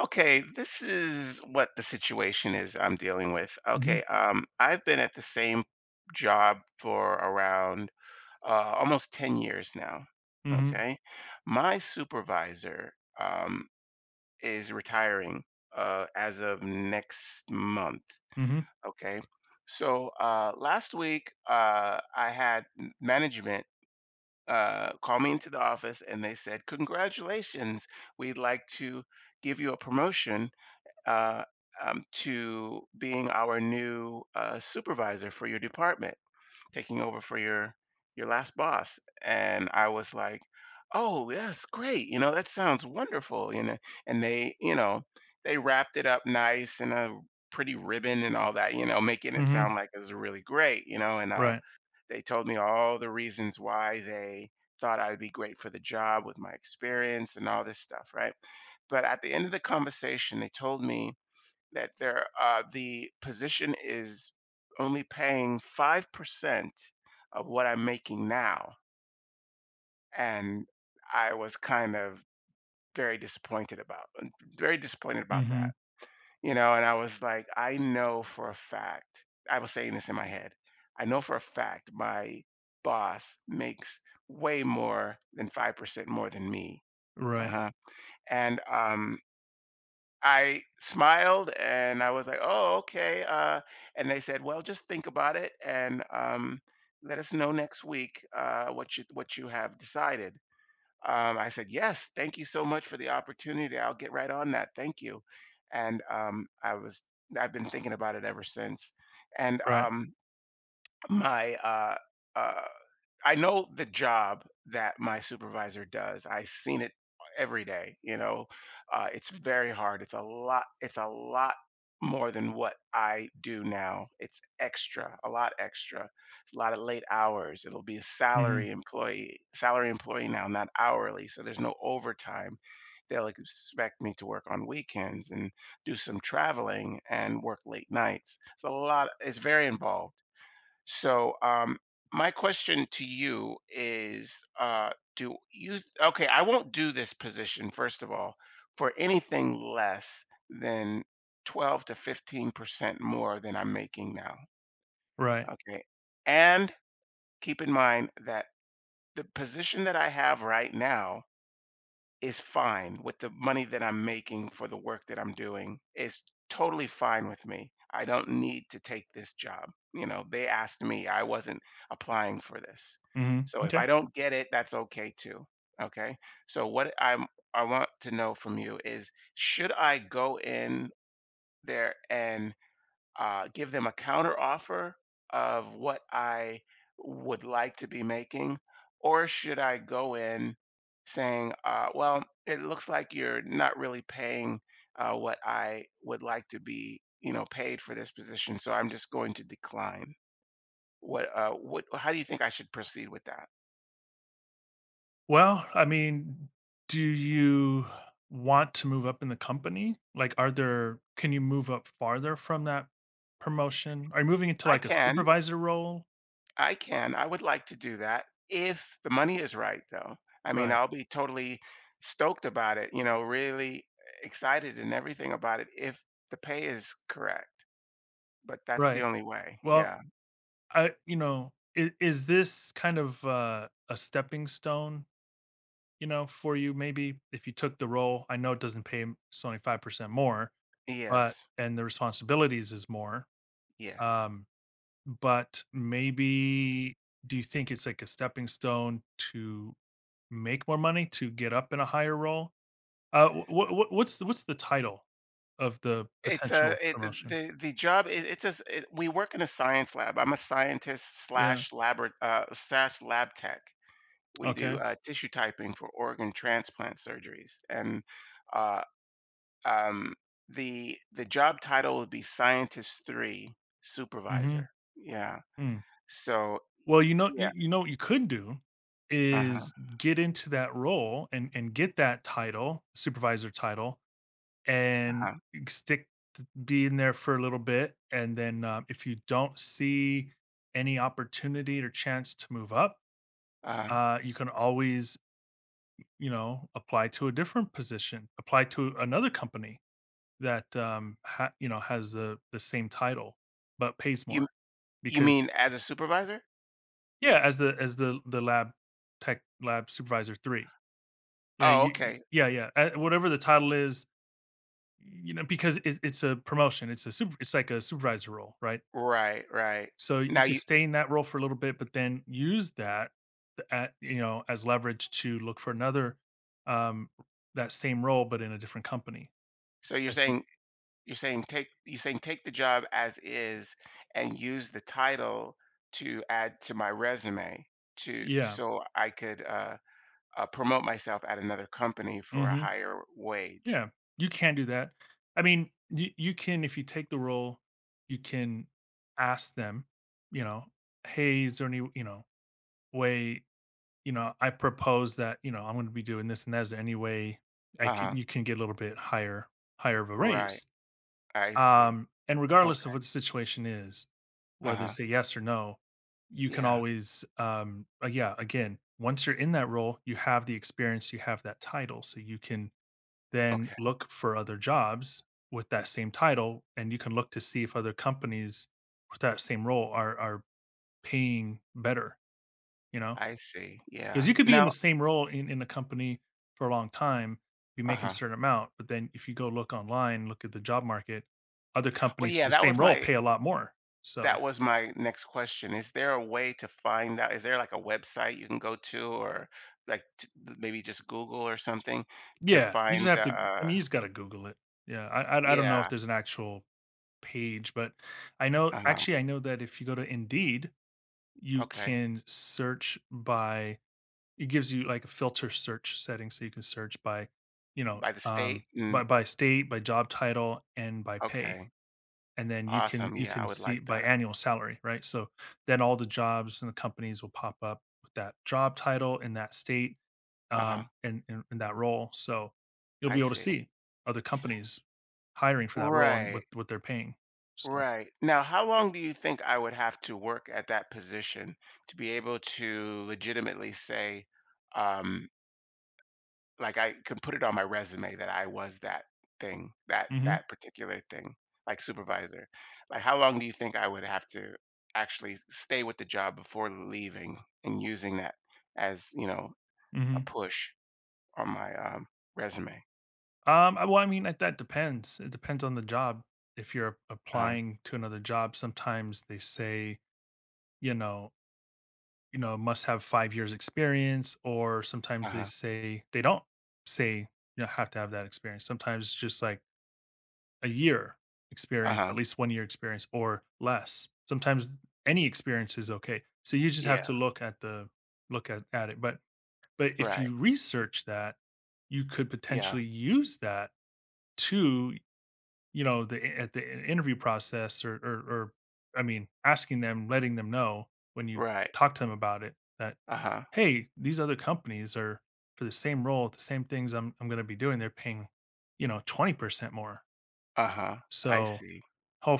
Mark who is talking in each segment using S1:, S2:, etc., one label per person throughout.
S1: Okay, this is what the situation is I'm dealing with. Okay,
S2: Mhm,
S1: I've been at the same job for around almost 10 years now.
S2: mhm,
S1: Okay, my supervisor um, is retiring as of next month.
S2: mhm,
S1: Okay, so last week I had management call me into the office and they said, "Congratulations, we'd like to give you a promotion uh, to being our new supervisor for your department, taking over for your last boss." And I was like, "Oh, that's great! That sounds wonderful!" And they, they wrapped it up nice in a pretty ribbon and all that. Making it
S2: mhm,
S1: sound like it was really great. You know, and
S2: right,
S1: They told me all the reasons why they thought I would be great for the job with my experience and all this stuff, right? But at the end of the conversation, they told me that the position is only paying 5% of what I'm making now. And I was kind of very disappointed about very disappointed about that.
S2: mhm,
S1: And I was like, I know for a fact, I was saying this in my head. I know for a fact my boss makes way more than 5% more than me.
S2: right,
S1: Uh-huh. And I smiled and I was like, "Oh, okay." And they said, "Well, just think about it and let us know next week what you have decided." I said, "Yes, thank you so much for the opportunity. I'll get right on that. Thank you." And I've been thinking about it ever since. And
S2: right,
S1: my, uh, uh, I know the job that my supervisor does. I seen it every day, you know. It's very hard. It's a lot more than what I do now. A lot extra. It's a lot of late hours. It'll be a
S2: mhm,
S1: salary employee now, not hourly. So there's no overtime. They'll expect me to work on weekends and do some traveling and work late nights. It's very involved so, my question to you is, okay, I won't do this position, first of all, for anything less than 12 to 15% more than I'm making now.
S2: right,
S1: Okay. And keep in mind that the position that I have right now is fine with the money that I'm making for the work that I'm doing. It's totally fine with me. I don't need to take this job. You know, they asked me, I wasn't applying for this.
S2: mhm,
S1: So if
S2: okay.
S1: I don't get it, that's okay too. Okay. So what I'm I want to know from you is should I go in there and give them a counter offer of what I would like to be making? Or should I go in saying, well, it looks like you're not really paying what I would like to be, you know, paid for this position, so I'm just going to decline. How do you think I should proceed with that?
S2: Well, I mean, do you want to move up in the company? Like, are there can you move up farther from that promotion? Are you moving into,
S1: I
S2: like, a
S1: can,
S2: supervisor role?
S1: I can. I would like to do that if the money is right, though. I mean,
S2: Right,
S1: I'll be totally stoked about it, you know, really excited and everything about it if the pay is correct. But that's the
S2: right.
S1: only way.
S2: Well,
S1: Yeah.
S2: I you know, I is this kind of, a stepping stone, you know, for you maybe if you took the role? I know it doesn't pay, it's only 5% more. But
S1: Yes.
S2: and the responsibilities is more.
S1: Yes.
S2: um, but maybe do you think it's like a stepping stone to make more money, to get up in a higher role? Wh wh what's the title of the potential
S1: The
S2: promotion?
S1: the job. It's a we work in a science lab. I'm a scientist
S2: Yeah,
S1: slash lab tech. We
S2: okay,
S1: do tissue typing for organ transplant surgeries, and uh, Um, the job title would be scientist three
S2: mhm,
S1: supervisor. Yeah.
S2: mm.
S1: So
S2: Well, you know,
S1: yeah.
S2: you know what you could do
S1: Uh huh.
S2: is get into that role and get that title, supervisor title,
S1: Uh
S2: and
S1: huh.
S2: stick be in there for a little bit, and then if you don't see any opportunity or chance to move up,
S1: uh
S2: you can always, you know, apply to a different position, apply to another company that, you know, has the same title but pays
S1: You
S2: more.
S1: you
S2: Because
S1: mean as a supervisor?
S2: yeah, as the as the lab tech, lab supervisor three, you know,
S1: Oh,
S2: you
S1: okay.
S2: yeah yeah, whatever the title is, you know, because it's a promotion, it's a super, it's like a supervisor role, right?
S1: Right. Right.
S2: So you
S1: Now
S2: could
S1: you.
S2: stay in that role for a little bit, but then use that th- at you know as leverage to look for another, um that same role but in a different company.
S1: So
S2: I see.
S1: you're saying take the job as is and use the title to add to my resume to
S2: Yeah.
S1: so I could promote myself at another company for a
S2: Hmm.
S1: higher wage.
S2: Yeah. You can do that. I mean, you can, if you take the role, you can ask them, you know, hey, is there any, you know, way, you know, I propose that, you know, I'm going to be doing this and that. Is there any way I
S1: Uh huh.
S2: can you can get a little bit higher of a
S1: Right.
S2: raise?
S1: I see.
S2: And regardless of what the situation is, whether
S1: Uh-huh.
S2: it's a yes or no, you can
S1: Yeah.
S2: always, yeah, again, once you're in that role, you have the experience, you have that title. So you can then
S1: Okay.
S2: look for other jobs with that same title, and you can look to see if other companies with that same role are paying better, you know?
S1: I see.
S2: Because
S1: Yeah.
S2: you could be in
S1: Now,
S2: the same role in a company for a long time, be making a
S1: uh-huh.
S2: certain amount, but then if you go look online, look at the job market, other
S1: Well,
S2: companies for
S1: yeah,
S2: the same role pay a lot more. So,
S1: that was my next question. Is there a way to find out? Is there like a website you can go to or like t maybe just Google or something to
S2: yeah, you just
S1: find
S2: have to I mean, you just gotta Google it. Yeah, I don't know if
S1: yeah.
S2: there's an actual page, but I know,
S1: Uh-huh.
S2: actually, I know that if you go to Indeed, you
S1: Okay.
S2: can search by, it gives you, like, a filter search setting, so you can search by, you know,
S1: By the state? Mm,
S2: by state, by job title, and by pay.
S1: okay.
S2: And then you can,
S1: Awesome.
S2: you
S1: Yeah,
S2: can
S1: I would
S2: see
S1: like
S2: it by
S1: that.
S2: annual salary, right? So then all the jobs and the companies will pop up with that job title in that state,
S1: Uh-huh.
S2: and in that role. So you'll be
S1: I
S2: able to
S1: see.
S2: see other companies hiring for that role and
S1: Right.
S2: what they're paying. So,
S1: Right. Now, how long do you think I would have to work at that position to be able to legitimately say, um, like I can put it on my resume that I was that thing,
S2: hmm,
S1: that particular thing, like supervisor? Like how long do you think I would have to actually stay with the job before leaving and using that as, you know, a
S2: hmm,
S1: push on my resume?
S2: well, I mean, that depends. It depends on the job. If you're
S1: Uh-huh.
S2: applying to another job, sometimes they say, you know, you know, must have 5 years experience, or sometimes they
S1: Uh-huh.
S2: say they don't say, you know, have to have that experience. Sometimes it's just like a year experience, at
S1: Uh-huh.
S2: least 1 year experience or less. Sometimes any experience is okay. So you just have
S1: Yeah.
S2: to look at it. But if
S1: Right.
S2: you research that, you could
S1: Yeah.
S2: potentially use that to, you know, at the interview process, or I mean, asking them, letting them know when you
S1: Right.
S2: talk to them about it that,
S1: Uh-huh.
S2: "Hey, these other companies are for the same role, the same things I'm gonna be doing, they're paying, you know, 20% more."
S1: Uh-huh. I
S2: So,
S1: see.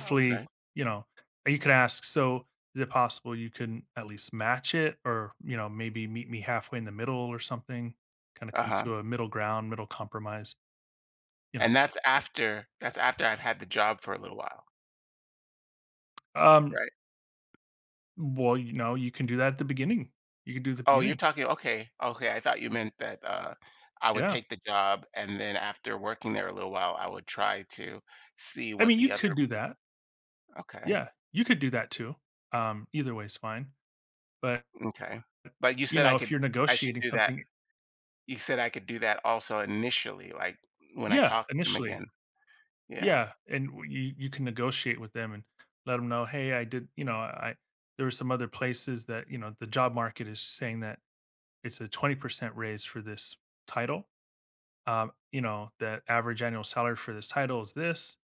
S1: Okay.
S2: you know, you could ask, "So, is it possible you can at least match it or, you know, maybe meet me halfway in the middle or something?" Kinda come
S1: Uh-huh.
S2: to a middle ground, middle compromise, you know?
S1: And that's after I've had the job for a little while,
S2: Um,
S1: right?
S2: well, you know, you can do that at the beginning. You could do the
S1: Oh, you're
S2: beginning.
S1: talking okay. Okay, I thought you meant that I would
S2: Yeah.
S1: take the job and then after working there a little while, I would try to see
S2: I
S1: what
S2: mean, you
S1: the other.
S2: could do that.
S1: Okay.
S2: Yeah, you could do that too. Either way is fine. But,
S1: Okay. But you
S2: you
S1: said
S2: know, if you're
S1: I should
S2: negotiating
S1: do that.
S2: something.
S1: You said I could do that also initially, like when I
S2: Yeah,
S1: talk to them
S2: initially.
S1: again. Yeah.
S2: Yeah, and w you, you can negotiate with them and let them know, "Hey, I did," you know, "I, there were some other places that, you know, the job market is saying that it's a 20% raise for this title. You know, the average annual salary for this title is this.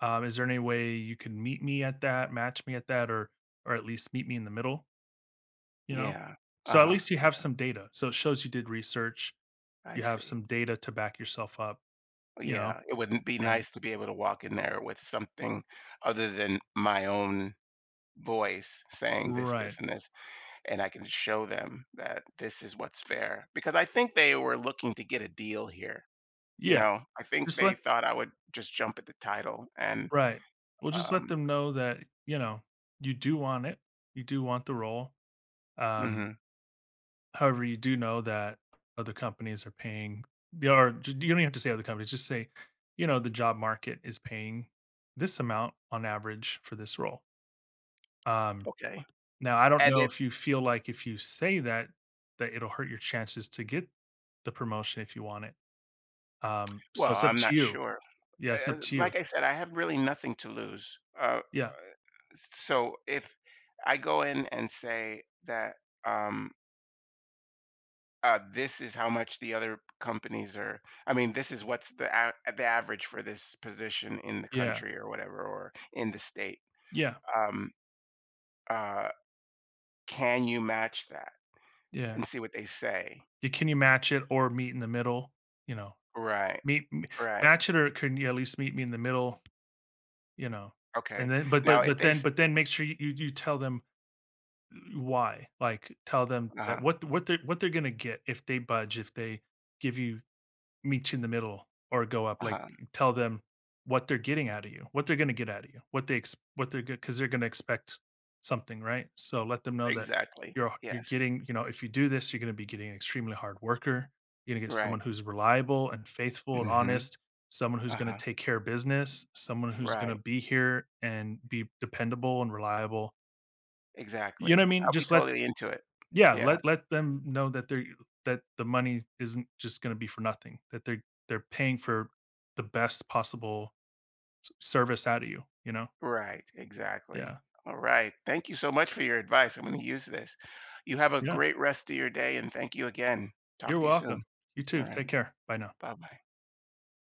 S2: Is there any way you can meet me at that, match me at that, or at least meet me in the middle? You know,
S1: Yeah.
S2: so at
S1: Uh-huh.
S2: least you have
S1: Yeah.
S2: some data. So it shows you did research.
S1: I
S2: You have
S1: see.
S2: some data to back yourself up. You know,
S1: Yeah, it would be
S2: and
S1: nice to be able to walk in there with something other than my own voice saying this,
S2: right,
S1: this, and this, and I can show them that this is what's fair. Because I think they were looking to get a deal here. You
S2: yeah,
S1: know, I think
S2: just
S1: they
S2: let
S1: thought I would just jump at the title and,
S2: right. Well, just let
S1: um,
S2: them know that, you know, you do want it. You do want the role. Um,
S1: mhm,
S2: However, you do know that other companies are paying, you don't even have to say other companies, just say, you know, the job market is paying this amount on average for this role. Um,
S1: okay.
S2: now, I don't
S1: And
S2: know
S1: if,
S2: if you feel like if you say that that it'll hurt your chances to get the promotion if you want it. So
S1: well,
S2: it's up
S1: I'm
S2: to
S1: not
S2: you.
S1: sure.
S2: Yeah, it's up to you.
S1: Like I said, I have really nothing to lose.
S2: Yeah,
S1: So if I go in and say that, um, this is how much the other companies are. I mean, this is what's the average for this position in the
S2: yeah,
S1: country or whatever, or in the state.
S2: yeah,
S1: Um, uh, can you match that
S2: yeah.
S1: and see what they say?
S2: You, can you match it or meet in the middle? You know,
S1: Right,
S2: meet m-
S1: right,
S2: match it or can you at least meet me in the middle? You know?
S1: okay.
S2: And then but
S1: Now,
S2: but
S1: if
S2: but
S1: they,
S2: then
S1: s-
S2: but then make sure you, you tell them why, like, tell them that
S1: uh-huh,
S2: what they're, what they're gonna get if they budge, if they give you meet you in the middle or go up. Like
S1: uh-huh,
S2: tell them what they're getting out of you, what they're going to get out of you, what they're good, because they're going to expect something, right? So let them know that
S1: exactly,
S2: you're
S1: yes,
S2: getting, you know, if you do this, you're going to be getting an extremely hard worker. You're going to get
S1: right,
S2: someone who's reliable and faithful and
S1: mm-hmm,
S2: honest, someone who's going to
S1: uh-huh,
S2: take care of business, someone who's going to
S1: right,
S2: be here and be dependable and reliable. You know
S1: exactly.
S2: what I mean?
S1: I'll be
S2: Just let
S1: totally into it.
S2: yeah,
S1: Yeah.
S2: let them know that they're, that the money isn't just gonna be for nothing, that they're paying for the best possible s service out of you, you know?
S1: Right, exactly.
S2: Yeah.
S1: All right. Thank you so much for your advice. I'm going to use this. You have a
S2: Yeah.
S1: great rest of your day and thank you again. Talk
S2: You're
S1: to you soon.
S2: welcome. You
S1: All
S2: too.
S1: right.
S2: Take care. Bye now.
S1: Bye bye.